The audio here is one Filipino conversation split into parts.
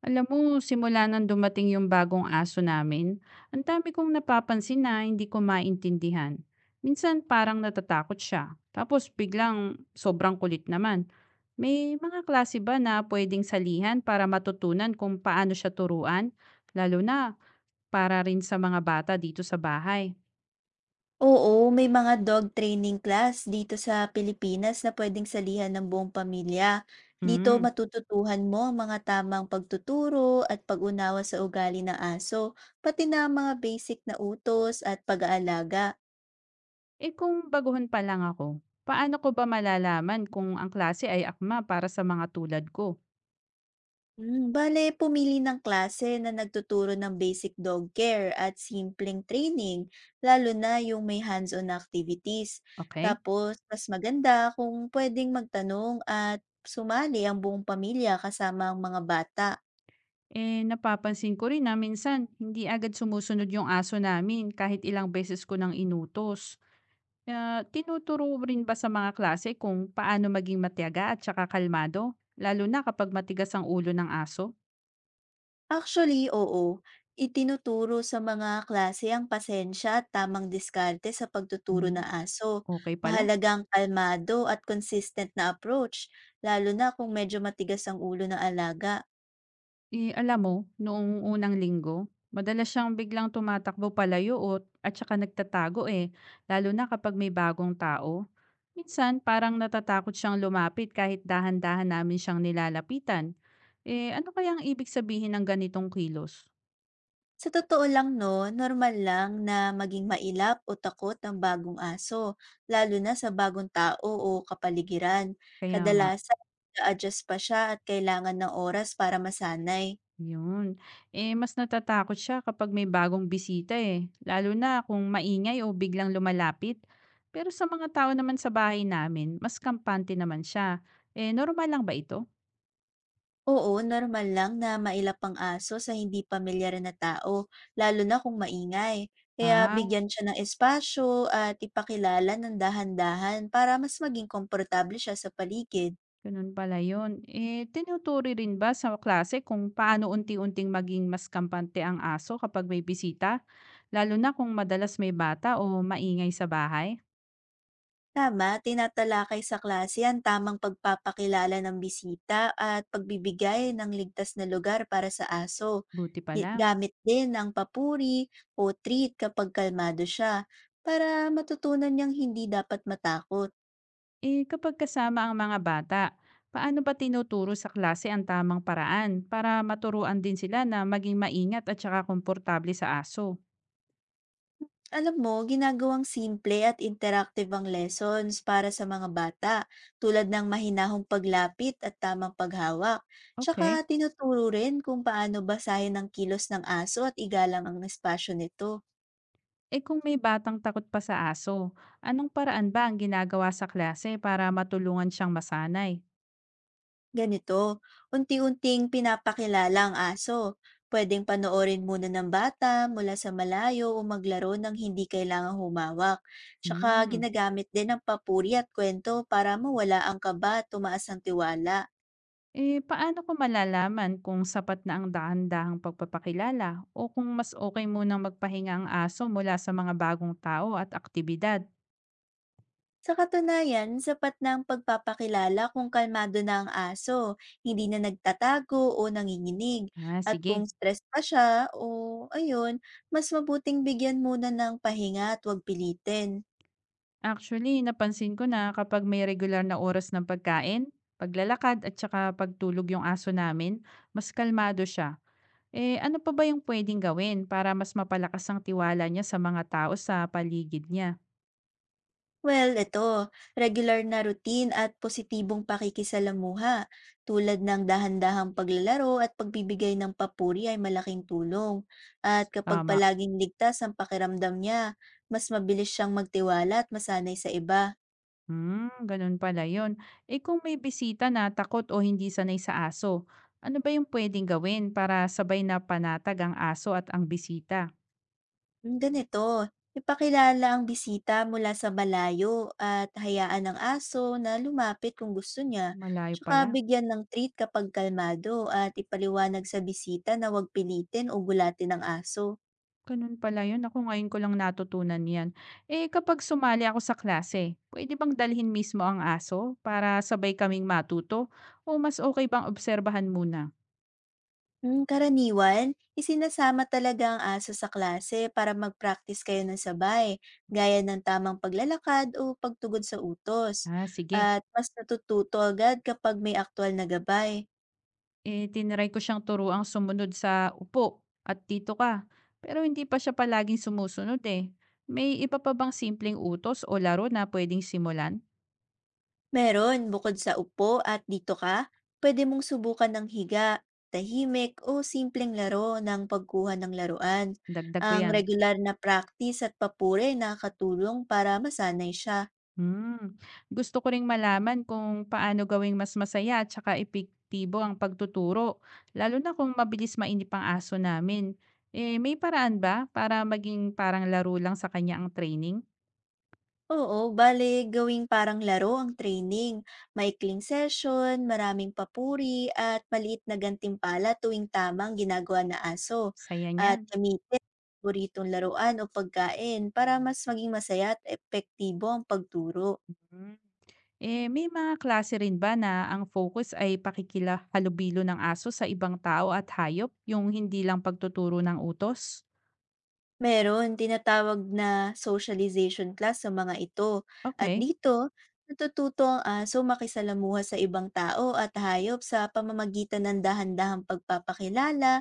Alam mo, simula nang dumating yung bagong aso namin, ang dami kong napapansin na hindi ko maintindihan. Minsan parang natatakot siya. Tapos biglang sobrang kulit naman. May mga klase ba na pwedeng salihan para matutunan kung paano siya turuan? Lalo na para rin sa mga bata dito sa bahay. Oo, may mga dog training class dito sa Pilipinas na pwedeng salihan ng buong pamilya. Dito Hmm. matututuhan mo ang mga tamang pagtuturo at pag-unawa sa ugali ng aso, pati na ang mga basic na utos at pag-aalaga. Eh kung baguhan pa lang ako, paano ko ba malalaman kung ang klase ay akma para sa mga tulad ko? Bale pumili ng klase na nagtuturo ng basic dog care at simpleng training, lalo na yung may hands-on activities. Okay? Tapos, mas maganda kung pwedeng magtanong at sumali ang buong pamilya kasama ang mga bata. Eh, napapansin ko rin na minsan hindi agad sumusunod yung aso namin kahit ilang beses ko nang inutos. Ah, tinuturo rin ba sa mga klase kung paano maging matiyaga at saka kalmado? Lalo na kapag matigas ang ulo ng aso? Actually, oo, itinuturo sa mga klase ang pasensya at tamang diskarte sa pagtuturo ng Hmm, aso. okay pala. Mahalagang kalmado at consistent na approach, lalo na kung medyo matigas ang ulo ng alaga. Eh, alam mo, noong unang linggo, madalas siyang biglang tumatakbo palayo o at saka nagtatago eh, lalo na kapag may bagong tao. Minsan, parang natatakot siyang lumapit kahit dahan-dahan namin siyang nilalapitan. Eh, ano kaya ang ibig sabihin ng ganitong kilos? Sa totoo lang no, normal lang na maging mailap o takot ang bagong aso, lalo na sa bagong tao o kapaligiran. Kaya nga, Kadalasan, na-adjust pa siya at kailangan ng oras para masanay. yun. Eh, mas natatakot siya kapag may bagong bisita eh, lalo na kung maingay o biglang lumalapit. Pero sa mga tao naman sa bahay namin, mas kampante naman siya. Eh, normal lang ba ito? Oo, normal lang na mailap ang aso sa hindi pamilyar na tao, lalo na kung maingay. Kaya Ah, bigyan siya ng espasyo at ipakilala ng dahan-dahan para mas maging komportable siya sa paligid. ganun pala yun. Eh, tinuturi rin ba sa klase kung paano unti-unting maging mas kampante ang aso kapag may bisita? Lalo na kung madalas may bata o maingay sa bahay? Tama, tinatalakay sa klase ang tamang pagpapakilala ng bisita at pagbibigay ng ligtas na lugar para sa aso. Buti pala. Gamit din ng papuri o treat kapag kalmado siya para matutunan niyang hindi dapat matakot. Eh, kapag kasama ang mga bata, paano ba tinuturo sa klase ang tamang paraan para maturuan din sila na maging maingat at saka komportable sa aso? Alam mo, ginagawang simple at interactive ang lessons para sa mga bata tulad ng mahinahong paglapit at tamang paghawak. Tsaka Okay. tinuturo rin kung paano basahin ang kilos ng aso at igalang ang espasyo nito. Eh kung may batang takot pa sa aso, anong paraan ba ang ginagawa sa klase para matulungan siyang masanay? Ganito, unti-unting pinapakilala ang aso. Pwedeng panoorin muna ng bata mula sa malayo o maglaro ng hindi kailangang humawak. Tsaka Hmm. ginagamit din ang papuri at kwento para mawala ang kaba at tumaas ang tiwala. Eh, paano ko malalaman kung sapat na ang dahan-dahang pagpapakilala o kung mas okay munang magpahinga ang aso mula sa mga bagong tao at aktibidad? Sa katunayan, sapat na ang pagpapakilala kung kalmado na ang aso, hindi na nagtatago o nanginginig. Ah, At kung sige. stress pa siya o ayun, mas mabuting bigyan muna ng pahinga at huwag pilitin. Actually, napansin ko na kapag may regular na oras ng pagkain, paglalakad at saka pagtulog yung aso namin, mas kalmado siya. Eh, ano pa ba yung pwedeng gawin para mas mapalakas ang tiwala niya sa mga tao sa paligid niya? Well, ito, regular na routine at positibong pakikisalamuha tulad ng dahan-dahang paglalaro at pagbibigay ng papuri ay malaking tulong. At kapag Tama. palaging ligtas ang pakiramdam niya, mas mabilis siyang magtiwala at masanay sa iba. Hmm, ganun pala yun. Eh kung may bisita na takot o hindi sanay sa aso, ano ba yung pwedeng gawin para sabay na panatag ang aso at ang bisita? Ganito, ipakilala ang bisita mula sa malayo at hayaan ang aso na lumapit kung gusto niya. Malayo Tsaka pala. bigyan ng treat kapag kalmado at ipaliwanag sa bisita na huwag pilitin o gulatin ang aso. Ganun pala yun. Ako ngayon ko lang natutunan yan. Eh kapag sumali ako sa klase, pwede bang dalhin mismo ang aso para sabay kaming matuto? O mas okay bang obserbahan muna? Karaniwan, isinasama talaga ang aso sa klase para mag-practice kayo ng sabay, gaya ng tamang paglalakad o pagtugon sa utos. Ah, sige. At mas natututo agad kapag may aktual na gabay. Eh, tinry ko siyang turuang sumunod sa upo at dito ka, pero hindi pa siya palaging sumusunod eh. May iba pa bang simpleng utos o laro na pwedeng simulan? Meron, bukod sa upo at dito ka, pwede mong subukan ng higa, tahimik o simpleng laro ng pagkuha ng laruan. Dagdag ko Ang yan. regular na practice at papuri nakakatulong para masanay siya. Hmm, gusto ko ring malaman kung paano gawing mas masaya at saka epektibo ang pagtuturo, lalo na kung mabilis mainip ang aso namin. Eh, may paraan ba para maging parang laro lang sa kanya ang training? Oo, bale gawing parang laro ang training. Maikling session, maraming papuri, at maliit na gantimpala tuwing tama ang ginagawa na aso. Saya At niyan. gamitin ang paboritong laruan o pagkain para mas maging masaya at epektibo ang pagturo. Hmm. Eh, may mga klase rin ba na ang focus ay pakikilahalubilo ng aso sa ibang tao at hayop, yung hindi lang pagtuturo ng utos? Meron, tinatawag na socialization class sa mga ito at Okay. dito natututo ang aso makisalamuha sa ibang tao at hayop sa pamamagitan ng dahan-dahang pagpapakilala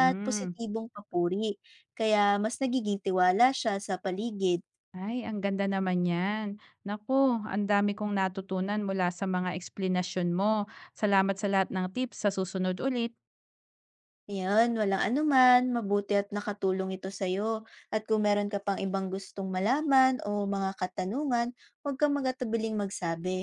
at positibong papuri. Kaya mas nagiging tiwala siya sa paligid. Ay, ang ganda naman niyan. Naku, ang dami kong natutunan mula sa mga eksplanasyon mo. Salamat sa lahat ng tips. Sa susunod ulit. Ayan, walang anuman, mabuti at nakatulong ito sa'yo. At kung meron ka pang ibang gustong malaman o mga katanungan, huwag kang magatubiling magsabi.